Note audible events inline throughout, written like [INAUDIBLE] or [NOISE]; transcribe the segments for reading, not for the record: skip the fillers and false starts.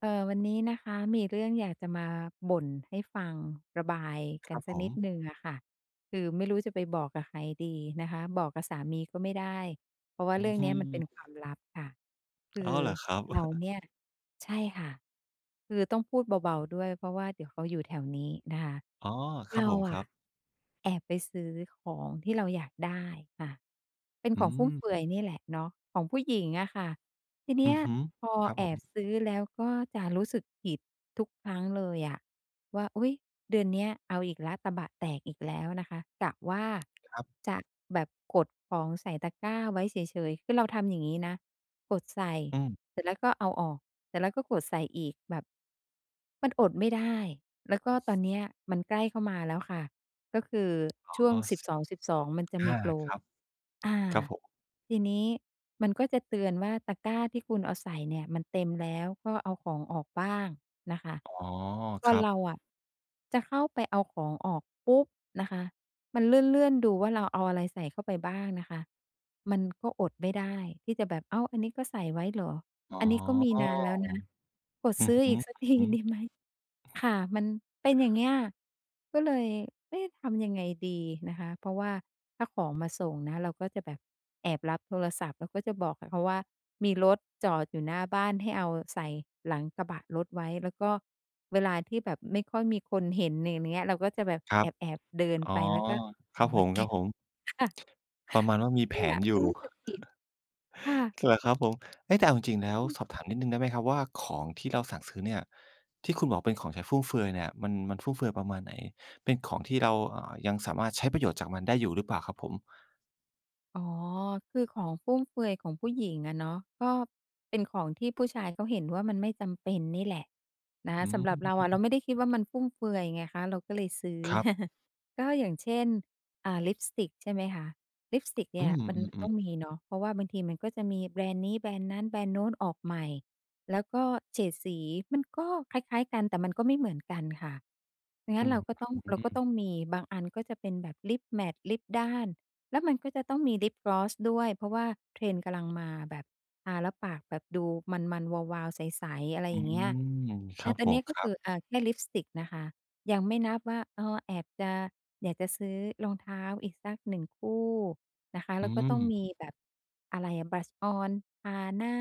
วันนี้นะคะมีเรื่องอยากจะมาบ่นให้ฟังระบายคกัรันบสัผกมนิดนึงอะค่ะคือไม่รู้จะไปบอกกับใครดีนะคะบอกกับสามีก็ไม่ได้เพราะว่าอืเรื่องเนี้ยมันเป็นคมวามลับค่ะคืออ๋อเหรอครับ เรา [LAUGHS] เนี่ยใช่ค่ะคือต้องพูดเบาๆด้วยเพราะว่าเดี๋ยวเขาอยู่แถวนี้นะคะอ๋อครับเราผมคอะ รับแอบไปซื้อของที่เราอยากได้ค่ะเป็นอืของฟุ่มมเฟือยนี่แหละเนาะของผู้หญิงอะค่ะทีอืเนี้อยฮึพอครับแอผบมซื้อแล้วก็จะรู้สึกผิดทุกครั้งเลยอะ ว่าอุ๊ยเดือนเนี้ยเอาอีกแล้วตะบะแตกอีกแล้วนะคะกะว่าครับจะแบบกดของใส่ตะกร้าไว้เฉยๆคือเราทำอย่างงี้นะกดใส่อืมเสร็จแล้วก็เอาออกเสร็จแล้วก็กดใส่อีกแบบมันอดไม่ได้แล้วก็ตอนเนี้ยมันใกล้เข้ามาแล้วค่ะก็คือช่วอ๋งอสิบ12.12มันจะมีห้าโปร ครับอาครับผมทีนี้มันก็จะเตือนว่าตะกร้าที่คุณเอาใส่เนี่ยมันเต็มแล้วก็เอาของออกบ้างนะคะอ๋อพคอรับเราอะจะเข้าไปเอาของออกปุ๊บนะคะมันเลื่อนๆดูว่าเราเอาอะไรใส่เข้าไปบ้างนะคะมันก็อดไม่ได้ที่จะแบบเอ้าอันนี้ก็ใส่ไว้เหรออ๋อันนี้ก็มีอนานแล้วนะ อือฮึอือฮึค่ะมันเป็นอย่างเงี้ยก็เลยเอ๊ะทำยังไงดีนะคะเพราะว่าถ้าของมาส่งนะเราก็จะแบบแอบรับโทรศัพท์แล้วก็จะบอกกับเขาว่ามีรถจอดอยู่หน้าบ้านให้เอาใส่หลังกระบะรถไว้แล้วก็เวลาที่แบบไม่ค่อยมีคนเห็นอย่างเงี้ยเราก็จะแบบครัแบอบๆเดินอ๋อไปแล้วก็ครัเอาบผมาเก็บ มๆ [LAUGHS] ค่ะประมาณว่ามีแผเนี่ยนอมัยู่ นรู้สึกผิดค่ะ [LAUGHS] เหรอครับผมเอ๊ะแต่เอาจริงๆแล้วอืม สอบถามนิดหนึ่งได้ไหมครับว่าของที่เราสั่งซื้อเนี่ยที่คุณบอกเป็นของใช้ฟุ่มเฟือยเนี่ยมันฟุ่มเฟือยประมาณไหนเป็นของที่เรายังสามารถใช้ประโยชน์จากมันได้อยู่หรือเปล่าครับผมอ๋อ คือของฟุ่มเฟือยของผู้หญิงอะเนาะก็เป็นของที่ผู้ชายเขาเห็นว่ามันไม่จำเป็นนี่แหละนะอืคะสำหรับเรามอะเราไม่ได้คิดว่ามันฟุ่มเฟือยไงคะเราก็เลยซื้อ ครับ [LAUGHS] ก็อย่างเช่นลิปสติกใช่ไหมคะลิปสติกอืเนี่ยมมันอืมมันอมต้องมีเนาะเพราะว่าบางทีมันก็จะมีแบรนด์นี้แบรนด์นั้นแบรนด์โน้นออกใหม่แล้วก็เฉดสีมันก็คล้ายๆกันแต่มันก็ไม่เหมือนกันค่ะงั้อืนเราก็มต้องเราก็ต้องมีบางอันก็จะเป็นแบบลิปแม t ลิปด้าน แล้วมันก็จะต้องมีลิปกลอสด้วยเพราะว่าเทรนด์กำลังมาแบบทาแล้วปากแบบดูมันๆวาวๆใสๆอะไรออมย่างเงี้ยอืมคแต่รับตอผนมนี้คก็รัคืบออ่าแค่ลิปสติกนะคะยังไม่นับว่าเออแอบจะอยากจะซื้อรองเท้าอีกสักหนึ่งคู่นะคะอืแล้วก็ต้มองมีแบบอะไรอะ blush on ทาหน้า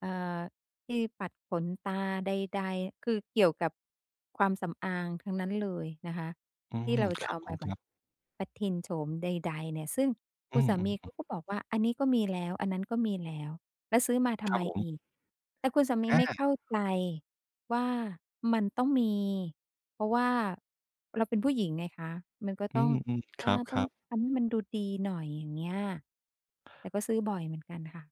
เอ่อที่ปัดขนตาใดๆคือเกี่ยวกับความสำอางทั้งนั้นเลยนะคะ อืที่มเราคจะรับเอาผมามคแบรับบประทินโฉมใดๆเนี่ยซึ่งอืคุณมสาอืมมีอเขามก็บอกว่าอันนี้ก็มีแล้วอันนั้นก็มีแล้วแล้วซื้อมาคทำรับไมผอีมกแต่คุณสามีไม่อาเข้าใจว่ามันต้องมีเพราะว่าเราเป็นผู้หญิงไงคะมันก็อืต้องมอืมคอารัต้องบทำให้มันดูดีหน่อยอย่างเงี้ยแต่ก็ซื้อบ่อยเหมือนกันค่ะ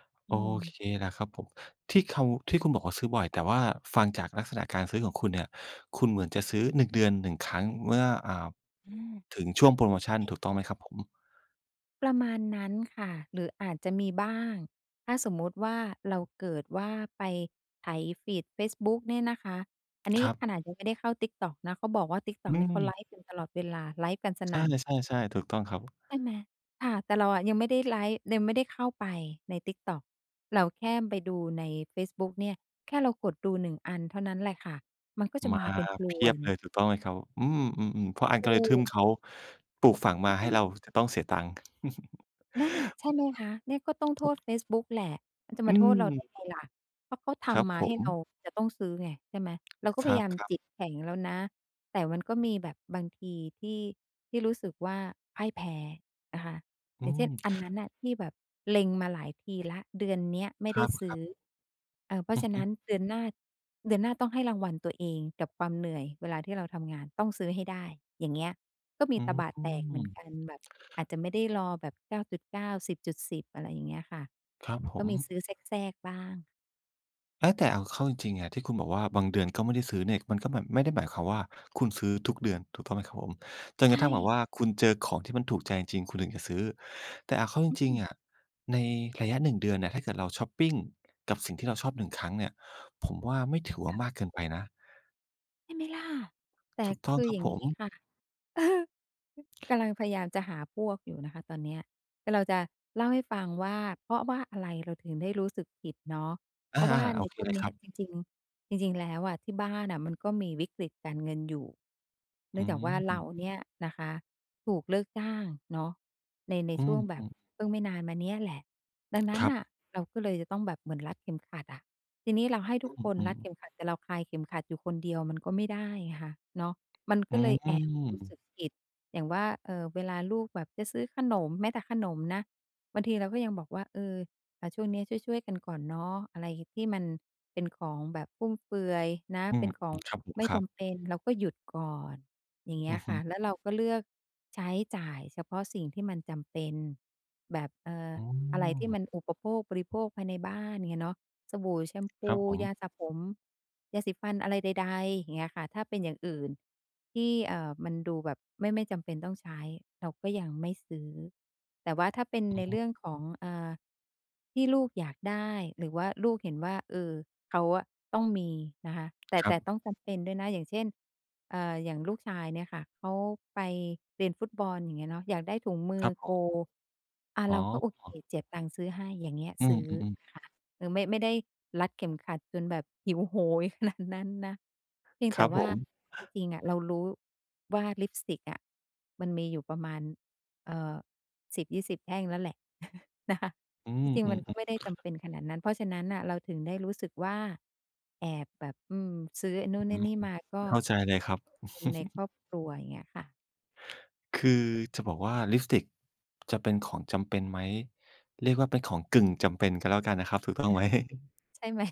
ๆโออืมเคแหละครับผมที่เขาที่คุณบอกว่าซื้อบ่อยแต่ว่าฟังจากลักษณะการซื้อของคุณเนี่ยคุณเหมือนจะซื้อ1เดือน1ครั้งเมื่ออืม ถึงช่วงโพรโมชันถูกต้องไหมครับผมประมาณนั้นค่ะหรืออาจจะมีบ้างถ้าสมมุติว่าเราเกิดว่าไปไถฟีดเฟซบุ๊กเนี่ยนะคะอันคนี้รัขนาดบยังไม่ได้เข้า TikTok นะเขาบอกว่า อื TikTok นี่เขาไลมฟ์กันตลอดเวลาไลฟ์กันสนั่นใช่ๆๆถูกต้องครับ ใช่ไหมค่ะแต่เราอะยังไม่ได้ไลฟ์ยังไม่ได้เข้าไปใน TikTok เราแค่ไปดูในเฟซบุ๊กเนี่ยแค่เรากดดูหนึ่งอันเท่านั้นแหละค่ะมันก็จะมามาเป็นพลเพีวยบนเลยถูกต้องไหมครับอืมอืมๆเพราะอันกถูเลยทึมกเขาปลูกฝังมาให้อืเราม จะต้องเสียตังค์ [LAUGHS] นั่นน่ะใช่ไหมคะเนี่ยก็ต้องโทษเฟซบุ๊กแหละมันจะอืมาโทษเราได้มไงล่ะเพราะเขาครับทำมาผให้มเราจะต้องซื้อไงใช่ไหมเราก็คพรยายามับจิตๆแข็งแล้วนะแต่มันก็มีแบบบางทีที่ที่รู้สึกว่าพ่ายแพ้นะคะ ออืย่างเช่มนอันนั้นน่ะที่แบบเล็งมาหลายทีแล้วเดือนเนี้ยไม่ได้คซื้รัอบเพๆราะอือฉะฮึนั้นเดือนหน้าเดือนหน้าต้องให้รางวัลตัวเองกับความเหนื่อยเวลาที่เราทำงานต้องซื้อให้ได้อย่างเงี้ยก็มีอืตะบะแตกเหมือมนกันแบบอาจจะไม่ได้รอแบบ9.9 10.10อะไรอย่างเงี้ยค่ะครับผก็ม มีซื้อแทรกๆบ้างเอ๊ะแต่เอาเข้าจริงๆอะที่คุณบอกว่าบางเดือนก็ไม่ได้ซื้อเนี่ยมันก็แบบไม่ได้หมายความว่าคุณซื้อทุกเดือนถูกต้องไหมครับผมจนใชกระค่ทั่งแบบว่าะคุณเจอของที่มันถูกใจจริงๆคุณถึงจะซื้อแต่เอาเข้าจอืริงมๆอะในระยะหนึ่งเดือนเนี่ยถ้าเกิดเราช็อปปิงกับสิ่งที่เราชอบหนึ่งครั้งเนี่ยผมว่าไม่ถือว่ามากค่ะ เกินไปนะใช่ไหมล่ะแต่ถูกต้องคือครัอบย่างผงี้มค่ะ [LAUGHS] เออกำลังพยายามจะหาพวกอยู่นะคะตอนเนี้ยแต่เราจะเล่าให้ฟังว่าเพราะว่าอะไรเราถึงได้รู้สึกผิดเนาะเพอาราะว่าๆโอในเคพวกเลยคเนี้รัยจบริงๆจริงๆแล้วอะที่บ้านน่ะมันก็มีวิกฤตการเงินอยู่เนื่อืองจากว่าเรามเนี่ยนะคะถูกเลิกจ้างเนาะในอืช่วงแบบมเพิ่งไม่นานมาเนี้ยแหละ ดังๆคนั้นรับน่ะเราก็เลยจะต้องแบบเหมือนรัดเข็มขัดอะทีนี้เราให้อทุกคนืมรัดเข็มๆขัดแต่เราคลายเข็มขัดอยู่คนเดียวมันก็ไม่ได้ไงคะเนาะมันอืก็เลยแอบรู้มสึกผิดอย่างว่าเวลาลูกแบบจะซื้อขนมแม้แต่ขนมนะบางทีเราก็ยังบอกว่าเออช่วงเนี้ยช่วยๆกันก่อนเนาะอะไรที่มันเป็นของแบบฟุ่มเฟือยนะอืเป็มนของครับผมไม่ครัจำบเป็นเราก็หยุดก่อนอย่างเงี้อืยอฮึค่ะแล้วเราก็เลือกใช้จ่ายเฉพาะสิ่งที่มันจำเป็นแบบอ๋ออะไรที่มันอุปโภคบริโภคภายในบ้านเงี้ยเนาะสบู่แชมคพูรับผมยาสระผมยาสีฟันอะไรใดๆอย่างเงี้ยค่ะถ้าเป็นอย่างอื่น ที่มันดูแบบไม่จำเป็นต้องใช้เราก็ยังไม่ซื้อแต่ว่าถ้าเป็นอืในอฮึเรื่องของที่ลูกอยากได้หรือว่าลูกเห็นว่าเออเขาอะต้องมีนะคะแต่ครัแต่บต้องจำเป็นด้วยนะอย่างเช่นอย่างลูกชายเนี่ยค่ะเขาไปเรียนฟุตบอลอย่างเงี้ยเนาะอยากได้ถุงมืคอรับผโกลมอาอ๋เราก็โออ เคเจียดตังค์ซื้อให้อย่างเงี้ยอืซื้อมๆๆค่ะ เออไม่ได้รัดเข็มขัดจนแบบหิวโหย [LAUGHS] ขนาดนั้นนะเพียงคแต่รับผว่ามจริงๆอะเรารู้ว่าลิปสติกอะมันมีอยู่ประมาณเอ่อ10-20แท่งแล้วแหละ [LAUGHS] นะคะอืมที่จริงอืมันก็ไม่ได้จำเป็นขนาดนั้นเพราะฉะนั้นน่ะเราถึงได้รู้สึกว่าแอบแบบซื้อไอ้นู่นไอ้มนี่มาๆก็ ๆเข้าใจเลยครับ [UNINTELLIGIBLE] คนในครอบครัวอย่างเงี้ยค่ะคือจะบอกว่าลิปสติกจะเป็นของจำเป็นไหมเรียกว่าเป็นของกึ่งจำเป็นก็แล้วกันนะครับถูกต้องไหม ใช่ไหม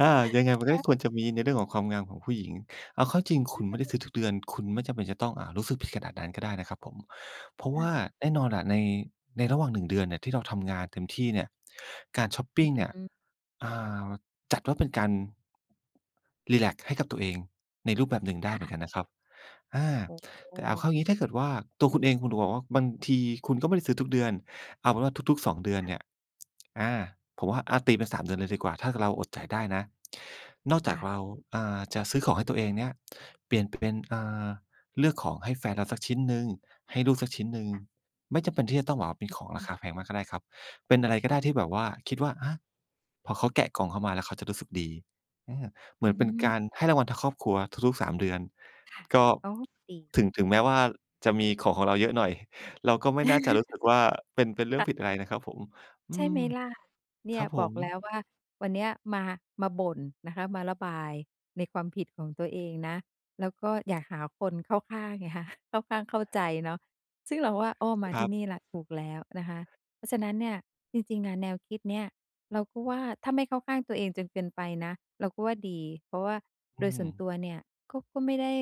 อายังไงมันก็ควรจะมีในเรื่องของความงามของผู้หญิงเอาเข้าจริงคุณไม่ได้ซื้อทุกเดือน คุณไม่จำเป็นจะต้องรู้สึกผิดขนาดนั้นก็ได้นะครับผมเพราะว่าแน่นอนแหละในระหว่างหนึ่งเดือนเนี่ยที่เราทำงานเต็มที่เนี่ยการชอปปิงอืเนี่ยม อ่าจัดว่าเป็นการรีแลกซ์ให้กับตัวเองในรูปแบบหนึ่ง [LAUGHS] ได้เหมือนกันค่ะนะครับ อาโอ้โฮแต่เอาเข้างี้ถ้าเกิดว่าตัวคุณเองคุณบอกว่าบางทีคุณก็ไม่ได้ซื้อทุกเดือนเอาเป็นว่าทุกๆสองเดือนเนี่ยอาผมว่าอาตีเป็นสามเดือนเลยดีกว่าถ้าเราอดใจายได้นะนอกจาค่กเราจะซื้อของให้ตัวเองเนี่ยเปลี่ยนเป็นเลือกของให้แฟนเราสักชิ้นหนึ่งให้ลูกสักชิ้นหนึ่งะๆไม่จำเป็นที่จะต้องแบบว่าเป็นอของืรามคาแพงมากก็ได้ครับเป็นอะไรก็ได้ที่ค่ะแบบว่าคิดว่าอาพอเขาแกะกล่องเข้ามาแล้วเขาจะรู้สึกดีอาเหมือือนเป็นการมให้รางวัลทางครอบครัวทุกๆสามเดือน ค่ะก็โอ้ดี ถึงแม้ว่าจะมีของของเราเยอะหน่อย [LAUGHS] เราก็ไม่น่าจะรู้สึกว่าเป็นเรื่องผิดค่ะอะไรนะครับผมอืใช่ไหมมล่ะคเนี่ยรับผบอมกแล้วว่าวันเนี้ยมามาบ่นนะคะมาระบายในความผิดของตัวเองนะแล้วก็อยากหาคนเข้าข้างไง [LAUGHS] คะเข้าข้างเข้าใจเนาะซึ่งเราว่าอ้อมาครัที่นี่บแหละถูกแล้วนะคะเพราะฉะนั้นเนี่ยจริงๆอะแนวคิดเนี่ยเราก็ว่าถ้าไม่เข้าข้างตัวเองจนเกินไปนะเราก็ว่าดีเพราะว่าโดอืยมส่วนตัวเนี่ยก็ไม่ได้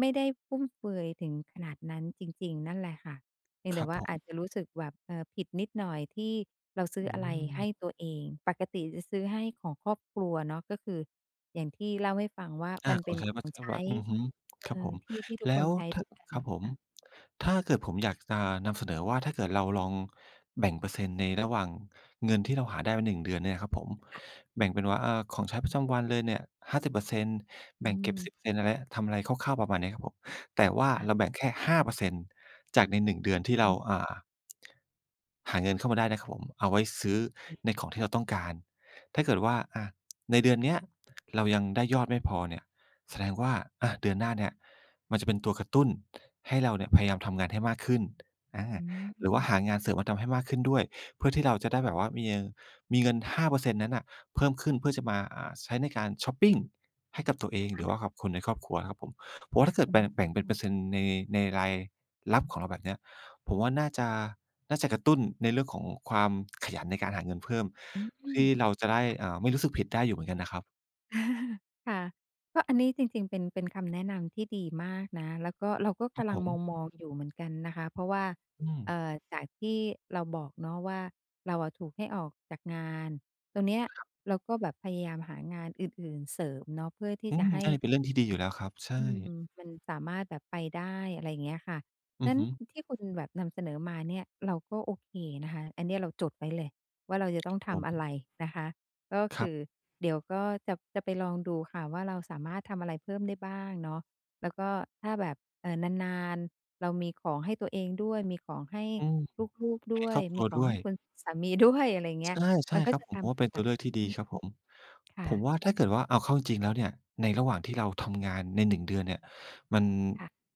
ไม่ได้ฟุ่มเฟือยถึงขนาดนั้นจริงๆนั่นแหละค่ะ เพียงครัแต่บผว่าอาจมจะรู้สึกแบบผิดนิดหน่อยที่เราซื้ออือะไรม ให้ตัวเองปกติจะซื้อให้ของครอบครัวเนาะก็คืออย่างที่เล่าให้ฟังว่าอามันขอเป็งนใช้ขปอระงจำใช้วันอือฮึเอคอรับผมที่ทุกคแล้วนใช้ถ้าด้วยกันครับผมอ่ะถ้าเกิดผมอยากจะนำเสนอว่าถ้าเกิดเราลองแบ่งเปอร์เซ็นต์ในระหว่างเงินที่เราหาได้ใน1เดือนเนี่ยครับผมค่ะแบ่งเป็นว่าอาของใช้ประจำวันเลยเนี่ย50%อืแบ่งเก็บมสิบเ0อร์เซ็นต์อะไรทำอะไรคร่าวๆประมาณเนี้ครับผมแต่ว่าเราค่ะแบ่งแค่5%จากใน1เดือนที่อืเรามหาเงินเข้ามาได้นะครับผมเอาไว้ซื้ออืในของที่เราต้องการถ้าเกิดว่าอาในเดือนเนี้ยเรายังได้ยอดไม่พอเนี่ย แสดงว่าเดือนหน้าเนี่ยมันจะเป็นตัวกระตุ้นให้เราเนี่ยพยายามทำงานให้มากขึ้นอาหรือว่าหามงานเสริมมาทำให้มากขึ้นด้วยเพื่อที่เราจะได้แบบว่ามีเงิน5%นต์นั้นน่ะเพิ่มขึ้นเพื่อจะมาใช้ในการชอปปิงให้กับตัวเองหรือว่ากับคนในครอบครัวนะครับผมผมว่าถ้าเกิดอืแบ่งอแบ่งเป็นเปอร์เซ็นต์ในรายรับของเราแบบเนี้ยผมว่าน่าจะกระตุ้นในเรื่องของความขยันในการหาเงินเพิ่มอืม ที่เราจะได้ไม่รู้สึกผิดได้อยู่เหมือนกันนะครับอาค่ะก็อันนี้จริงๆเป็นเป็นคำแนะนำที่ดีมากนะแล้วก็เราก็ครับกำผลังมมองๆอยู่เหมือนกันนะคะเพราะว่าอืม จากที่เราบอกเนาะว่าเราอะถูกให้ออกจากงานตรงเนี้ยเราก็แบบพยายามหางานอื่นๆเสริมเนาะเพื่อที่อืจะมให้ ใช่เป็นเรื่องที่ดีอยู่แล้วครับใช่อืมมันสามารถแบบไปได้อะไรอย่างเงี้ยค่ะ อือนั้นฮึที่คุณแบบนำเสนอมาเนี่ยเราก็โอเคนะคะอันเนี้ยเราจดไว้เลยว่าเราจะต้องผทำอะไรมนะคะก็ครัคือบเดี๋ยวก็จะไปลองดูค่ะว่าเราสามารถทำอะไรเพิ่มได้บ้างเนาะแล้วก็ถ้าแบบเออนานๆเรามีของให้ตัวเองด้วยมีของให้อืมลูกๆให้ด้วครยอบคมีรัวขอด้งวย ให้คุณสามีด้วยอะไรเงี้ยใช่ใช่มันคก็รับจะผมผมทำว่าให้เป็นแบตัวบเลือกที่ดีอืครับผมมผค่ะมว่าถ้าเกิดว่าเอาเข้าจริงๆแล้วเนี่ยในระหว่างที่เราทำงานในหนึ่งเดือนเนี่ยมันค่ะ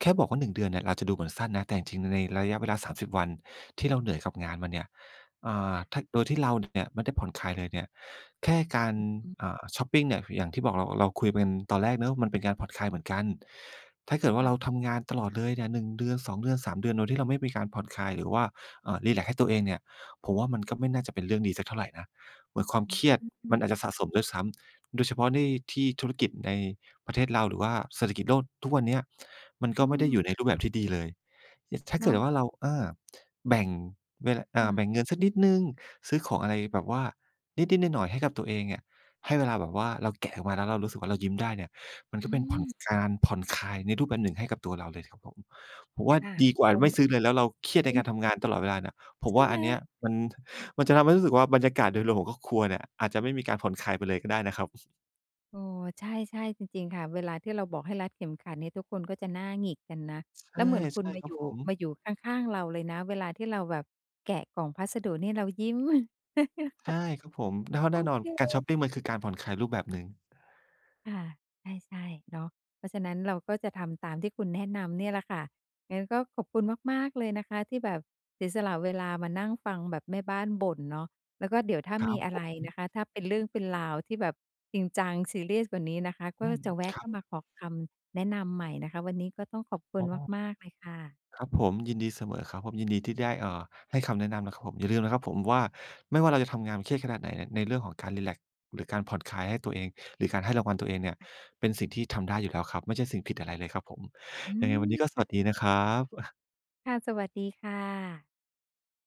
แค่บอกว่า1เดือนเนี่ยเราจะดูเหมือนสั้นนะแต่จริงๆในระยะเวลา30วันที่เราเหนื่อยกับงานมาเนี่ยค่ะถ้าโดยที่เราเนี่ยไม่ได้ผ่อนคลายเลยเนี่ยแค่การอืมช็อปปิงเนี่ยอย่างที่บอกเราคุยกันตอนแรกเนาะมันเป็นการผ่อนคลายเหมือนกันถ้าเกิดว่าเราค่ะทำงานตลอดเลยเนี่ยหนึ่งเดือนสองเดือนสามเดือนโดยที่เราไม่มีการผ่อนคลายหรือว่ารีแลกซ์ให้ตัวเองเนี่ย ผมว่ามันก็ไม่น่าจะเป็นเรื่องดีสักเท่าไรนะเหมือนความอืเคมรียดอมอืมันอาจจะสะสมด้วยซ้ำโดยเฉพาะในที่ธุรกิจในประเทศเราหรือว่าเศรษฐกิจโลกทุกวันเนี้ยมันก็มไม่ได้อยู่ในรูปแบบที่ดีเลยยถ้าเกิดเนาะ ว่าเราแบ่งเวลาแบ่งค่ะเงินสักนิดหนึ่งซื้อของอะไรแบบว่านิดๆหน่อยๆให้กับตัวเองเนี่ยให้เวลาแบบว่าเราแกะออกมาแล้วเรารู้สึกว่าเรายิ้มได้เนี่ยมันก็อืเป็นผ่อนมการผ่อนคลายในรูปแบบหนึ่งให้กับตัวเราเลยครับผมผมว่าค่ะดีกว่าผมไม่ซื้อเลยแล้วเราเครียดในอืกาอรทำงานตลอดเวลานะ ผมใช่ว่าไหมอันเนี้ยมัน [LAUGHS] มันจะทำให้รู้สึกว่าบรรยากาศโดยรวมของครอบครัวเนี่ยอาจจะไม่มีการผ่อนคลายไปเลยก็ได้นะครับโอ้ใช่ๆจริงๆค่ะเวลาที่เราบอกให้รัดเข็มขัดเนี่ยทุกคนก็จะหน้าหงิกกันนะใช่แล้วเหมือนคุณใช่มาครัอบยู่ผมมาอยู่ข้างๆเราเลยนะเวลาที่เราแบบแกะกล่องพัสดุนี่เรายิ้ม [LAUGHS] ใช่ครับผมแล้วโอแน่นอนเค การช็อปปิงมันคือการผ่อนคลายรูปแบบหนึ่งค่ะใช่ๆเนาะเพราะฉะนั้นเราก็จะทำตามที่คุณแนะนำเนี่ยแหละค่ะงั้นก็ขอบคุณมากๆเลยนะคะที่แบบเสียสละเวลามานั่งฟังแบบแม่บ้านบ่นเนาะแล้วก็เดี๋ยวถ้าครัมีบอะผไรมนะคะถ้าเป็นเรื่องเป็นราวที่แบบจริงจังซีเรียสกว่านี้นะคะก็อืมจะคแวะรัเข้าบมาขอคำแนะนำใหม่นะคะวันนี้ก็ต้องขอบคุอ๋ณอมากๆเลยค่ะครับผมยินดีเสมอครับผมยินดีที่ได้ให้คำแนะนำนะครับผมอย่าลืมนะครับผมว่าไม่ว่าเราจะทำงานเครียดขนาดไหนเนี่ยในเรื่องของการรีแลกซ์หรือการผ่อนคลายให้ตัวเองหรือการให้รางวัลตัวเองเนี่ยเป็นสิ่งที่ทำได้อยู่แล้วครับไม่ใช่สิ่งผิดอะไรเลยครับผมอืยังไงมวันนี้ก็สวัสดีค่ะนะครับค่ะสวัสดีค่ะ